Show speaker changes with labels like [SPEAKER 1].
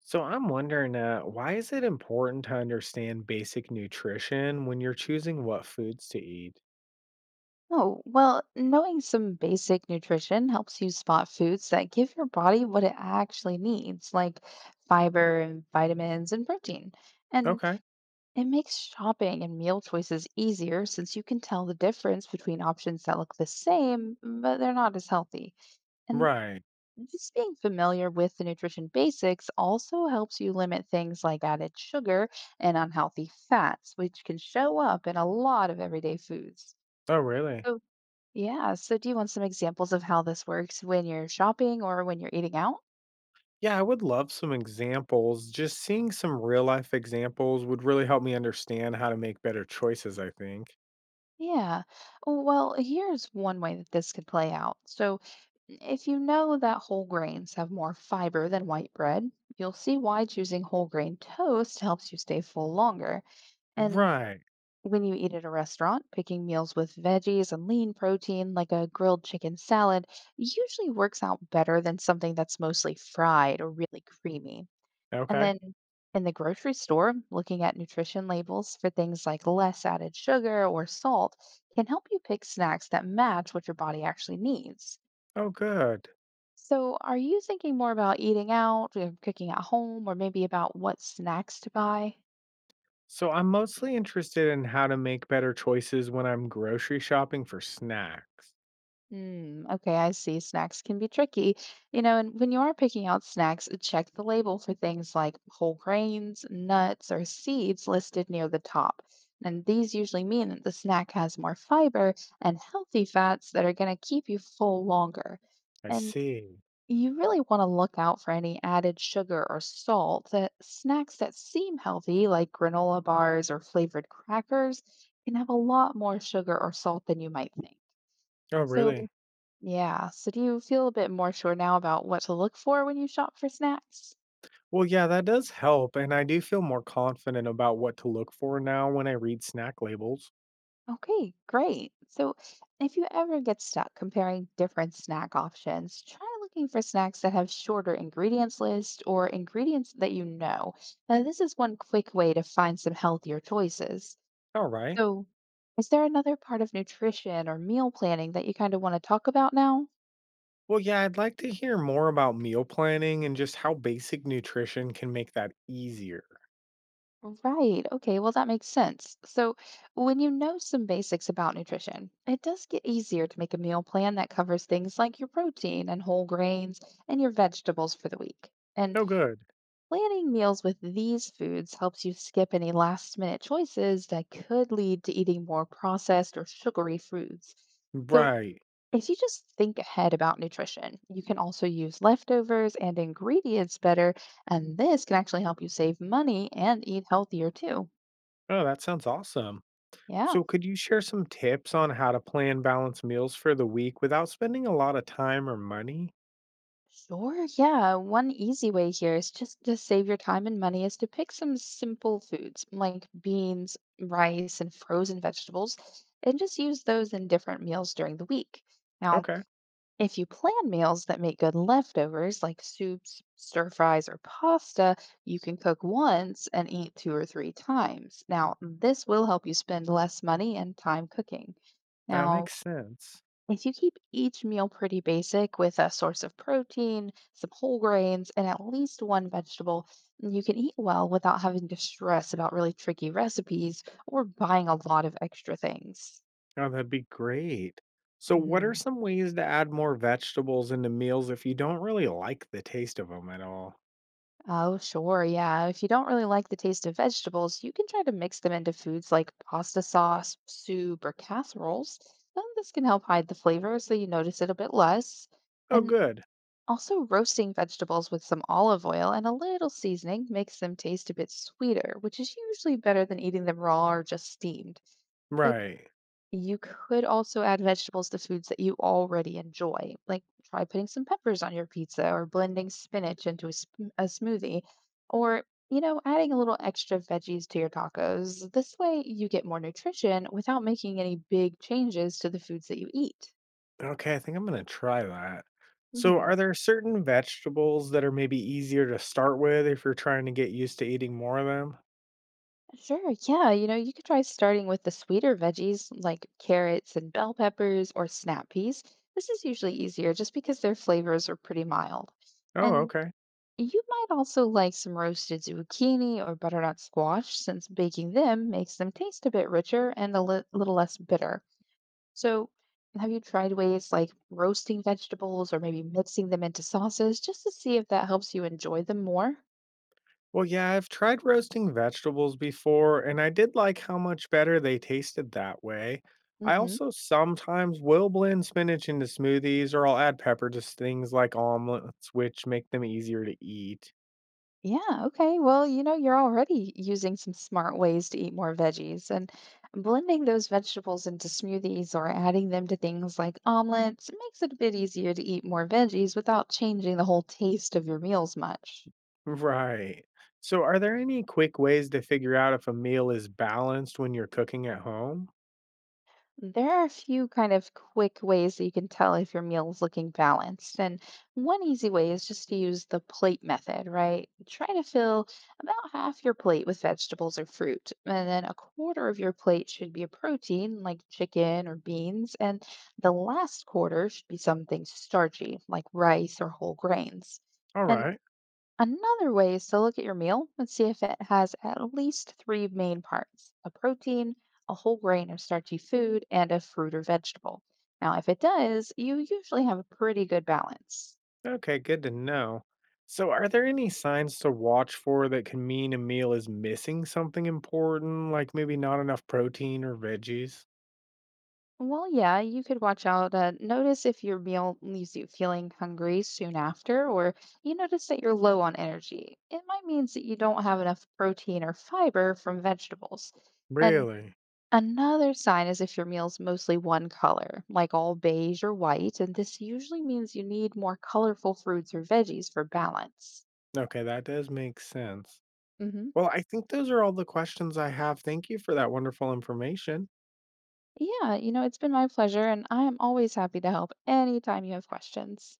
[SPEAKER 1] So I'm wondering, why is it important to understand basic nutrition when you're choosing what foods to eat?
[SPEAKER 2] Oh, well, knowing some basic nutrition helps you spot foods that give your body what it actually needs, like fiber and vitamins and protein. And
[SPEAKER 1] Okay.
[SPEAKER 2] it makes shopping and meal choices easier since you can tell the difference between options that look the same, but they're not as healthy. And
[SPEAKER 1] Right.
[SPEAKER 2] just being familiar with the nutrition basics also helps you limit things like added sugar and unhealthy fats, which can show up in a lot of everyday foods.
[SPEAKER 1] Oh, really?
[SPEAKER 2] So yeah. So, do you want some examples of how this works when you're shopping or when you're eating out?
[SPEAKER 1] Yeah, I would love some examples. Just seeing some real life examples would really help me understand how to make better choices, I think.
[SPEAKER 2] Yeah. Well, here's one way that this could play out. So, if you know that whole grains have more fiber than white bread, you'll see why choosing whole grain toast helps you stay full longer. And
[SPEAKER 1] Right.
[SPEAKER 2] when you eat at a restaurant, picking meals with veggies and lean protein, like a grilled chicken salad, usually works out better than something that's mostly fried or really creamy. And
[SPEAKER 1] Okay.
[SPEAKER 2] then in the grocery store, looking at nutrition labels for things like less added sugar or salt can help you pick snacks that match what your body actually needs.
[SPEAKER 1] Oh, good.
[SPEAKER 2] So, are you thinking more about eating out, or cooking at home, or maybe about what snacks to buy?
[SPEAKER 1] So I'm mostly interested in how to make better choices when I'm grocery shopping for snacks.
[SPEAKER 2] Mm, okay, I see. Snacks can be tricky. You know, and when you are picking out snacks, check the label for things like whole grains, nuts, or seeds listed near the top. And these usually mean that the snack has more fiber and healthy fats that are going to keep you full longer.
[SPEAKER 1] I
[SPEAKER 2] And
[SPEAKER 1] see.
[SPEAKER 2] you really want to look out for any added sugar or salt. That snacks that seem healthy, like granola bars or flavored crackers, can have a lot more sugar or salt than you might think.
[SPEAKER 1] Oh,
[SPEAKER 2] So
[SPEAKER 1] really?
[SPEAKER 2] yeah. So do you feel a bit more sure now about what to look for when you shop for snacks?
[SPEAKER 1] Well, yeah, that does help, and I do feel more confident about what to look for now when I read snack labels.
[SPEAKER 2] Okay, great. So if you ever get stuck comparing different snack options, try looking for snacks that have shorter ingredients lists or ingredients that you know. Now, this is one quick way to find some healthier choices.
[SPEAKER 1] All right.
[SPEAKER 2] So is there another part of nutrition or meal planning that you kind of want to talk about now?
[SPEAKER 1] Well, yeah, I'd like to hear more about meal planning and just how basic nutrition can make that easier.
[SPEAKER 2] Right. Okay. Well, that makes sense. So, when you know some basics about nutrition, it does get easier to make a meal plan that covers things like your protein and whole grains and your vegetables for the week. And
[SPEAKER 1] Oh, good.
[SPEAKER 2] planning meals with these foods helps you skip any last minute choices that could lead to eating more processed or sugary foods. So,
[SPEAKER 1] Right.
[SPEAKER 2] if you just think ahead about nutrition, you can also use leftovers and ingredients better, and this can actually help you save money and eat healthier too.
[SPEAKER 1] Oh, that sounds awesome.
[SPEAKER 2] Yeah,
[SPEAKER 1] So, could you share some tips on how to plan balanced meals for the week without spending a lot of time or money?
[SPEAKER 2] sure. Yeah, one easy way here is just to save your time and money is to pick some simple foods like beans, rice, and frozen vegetables, and just use those in different meals during the week. Now,
[SPEAKER 1] Okay,
[SPEAKER 2] if you plan meals that make good leftovers like soups, stir fries, or pasta, you can cook once and eat two or three times. Now, this will help you spend less money and time cooking.
[SPEAKER 1] that
[SPEAKER 2] Now,
[SPEAKER 1] makes sense.
[SPEAKER 2] if you keep each meal pretty basic with a source of protein, some whole grains, and at least one vegetable, you can eat well without having to stress about really tricky recipes or buying a lot of extra things.
[SPEAKER 1] Oh, that'd be great. So, what are
[SPEAKER 2] Hmm.
[SPEAKER 1] some ways to add more vegetables into meals if you don't really like the taste of them at all?
[SPEAKER 2] Oh, sure. Yeah. If you don't really like the taste of vegetables, you can try to mix them into foods like pasta sauce, soup, or casseroles. And this can help hide the flavor so you notice it a bit less.
[SPEAKER 1] Oh,
[SPEAKER 2] And
[SPEAKER 1] good.
[SPEAKER 2] also, roasting vegetables with some olive oil and a little seasoning makes them taste a bit sweeter, which is usually better than eating them raw or just steamed. It,
[SPEAKER 1] Right.
[SPEAKER 2] you could also add vegetables to foods that you already enjoy, like try putting some peppers on your pizza or blending spinach into a smoothie, or adding a little extra veggies to your tacos. This way, you get more nutrition without making any big changes to the foods that you eat.
[SPEAKER 1] Okay, I think I'm going to try that. So,
[SPEAKER 2] Mhm.
[SPEAKER 1] are there certain vegetables that are maybe easier to start with if you're trying to get used to eating more of them?
[SPEAKER 2] Sure, yeah. You know, you could try starting with the sweeter veggies like carrots and bell peppers or snap peas. This is usually easier just because their flavors are pretty mild.
[SPEAKER 1] Oh,
[SPEAKER 2] And
[SPEAKER 1] okay.
[SPEAKER 2] you might also like some roasted zucchini or butternut squash since baking them makes them taste a bit richer and a little less bitter. So, have you tried ways like roasting vegetables or maybe mixing them into sauces just to see if that helps you enjoy them more?
[SPEAKER 1] Well, yeah, I've tried roasting vegetables before, and I did like how much better they tasted that way. I
[SPEAKER 2] Mhm.
[SPEAKER 1] also sometimes will blend spinach into smoothies, or I'll add pepper to things like omelets, which make them easier to eat.
[SPEAKER 2] Yeah, okay. Well, you know, you're already using some smart ways to eat more veggies and blending those vegetables into smoothies or adding them to things like omelets makes it a bit easier to eat more veggies without changing the whole taste of your meals much.
[SPEAKER 1] Right. So, are there any quick ways to figure out if a meal is balanced when you're cooking at home?
[SPEAKER 2] There are a few kind of quick ways that you can tell if your meal is looking balanced. And one easy way is just to use the plate method, right? Try to fill about half your plate with vegetables or fruit. And then a quarter of your plate should be a protein, like chicken or beans. And the last quarter should be something starchy, like rice or whole grains.
[SPEAKER 1] All
[SPEAKER 2] And
[SPEAKER 1] right.
[SPEAKER 2] another way is to look at your meal and see if it has at least three main parts, a protein, a whole grain or starchy food, and a fruit or vegetable. Now, if it does, you usually have a pretty good balance.
[SPEAKER 1] Okay, good to know. So, are there any signs to watch for that can mean a meal is missing something important, like maybe not enough protein or veggies?
[SPEAKER 2] Well, yeah, you could watch out. Notice if your meal leaves you feeling hungry soon after, or you notice that you're low on energy. It might mean that you don't have enough protein or fiber from vegetables. And
[SPEAKER 1] Really?
[SPEAKER 2] another sign is if your meal's mostly one color, like all beige or white, and this usually means you need more colorful fruits or veggies for balance.
[SPEAKER 1] Okay, that does make sense.
[SPEAKER 2] Hmm.
[SPEAKER 1] Well, I think those are all the questions I have. Thank you for that wonderful information.
[SPEAKER 2] Yeah, you know, it's been my pleasure, and I am always happy to help anytime you have questions.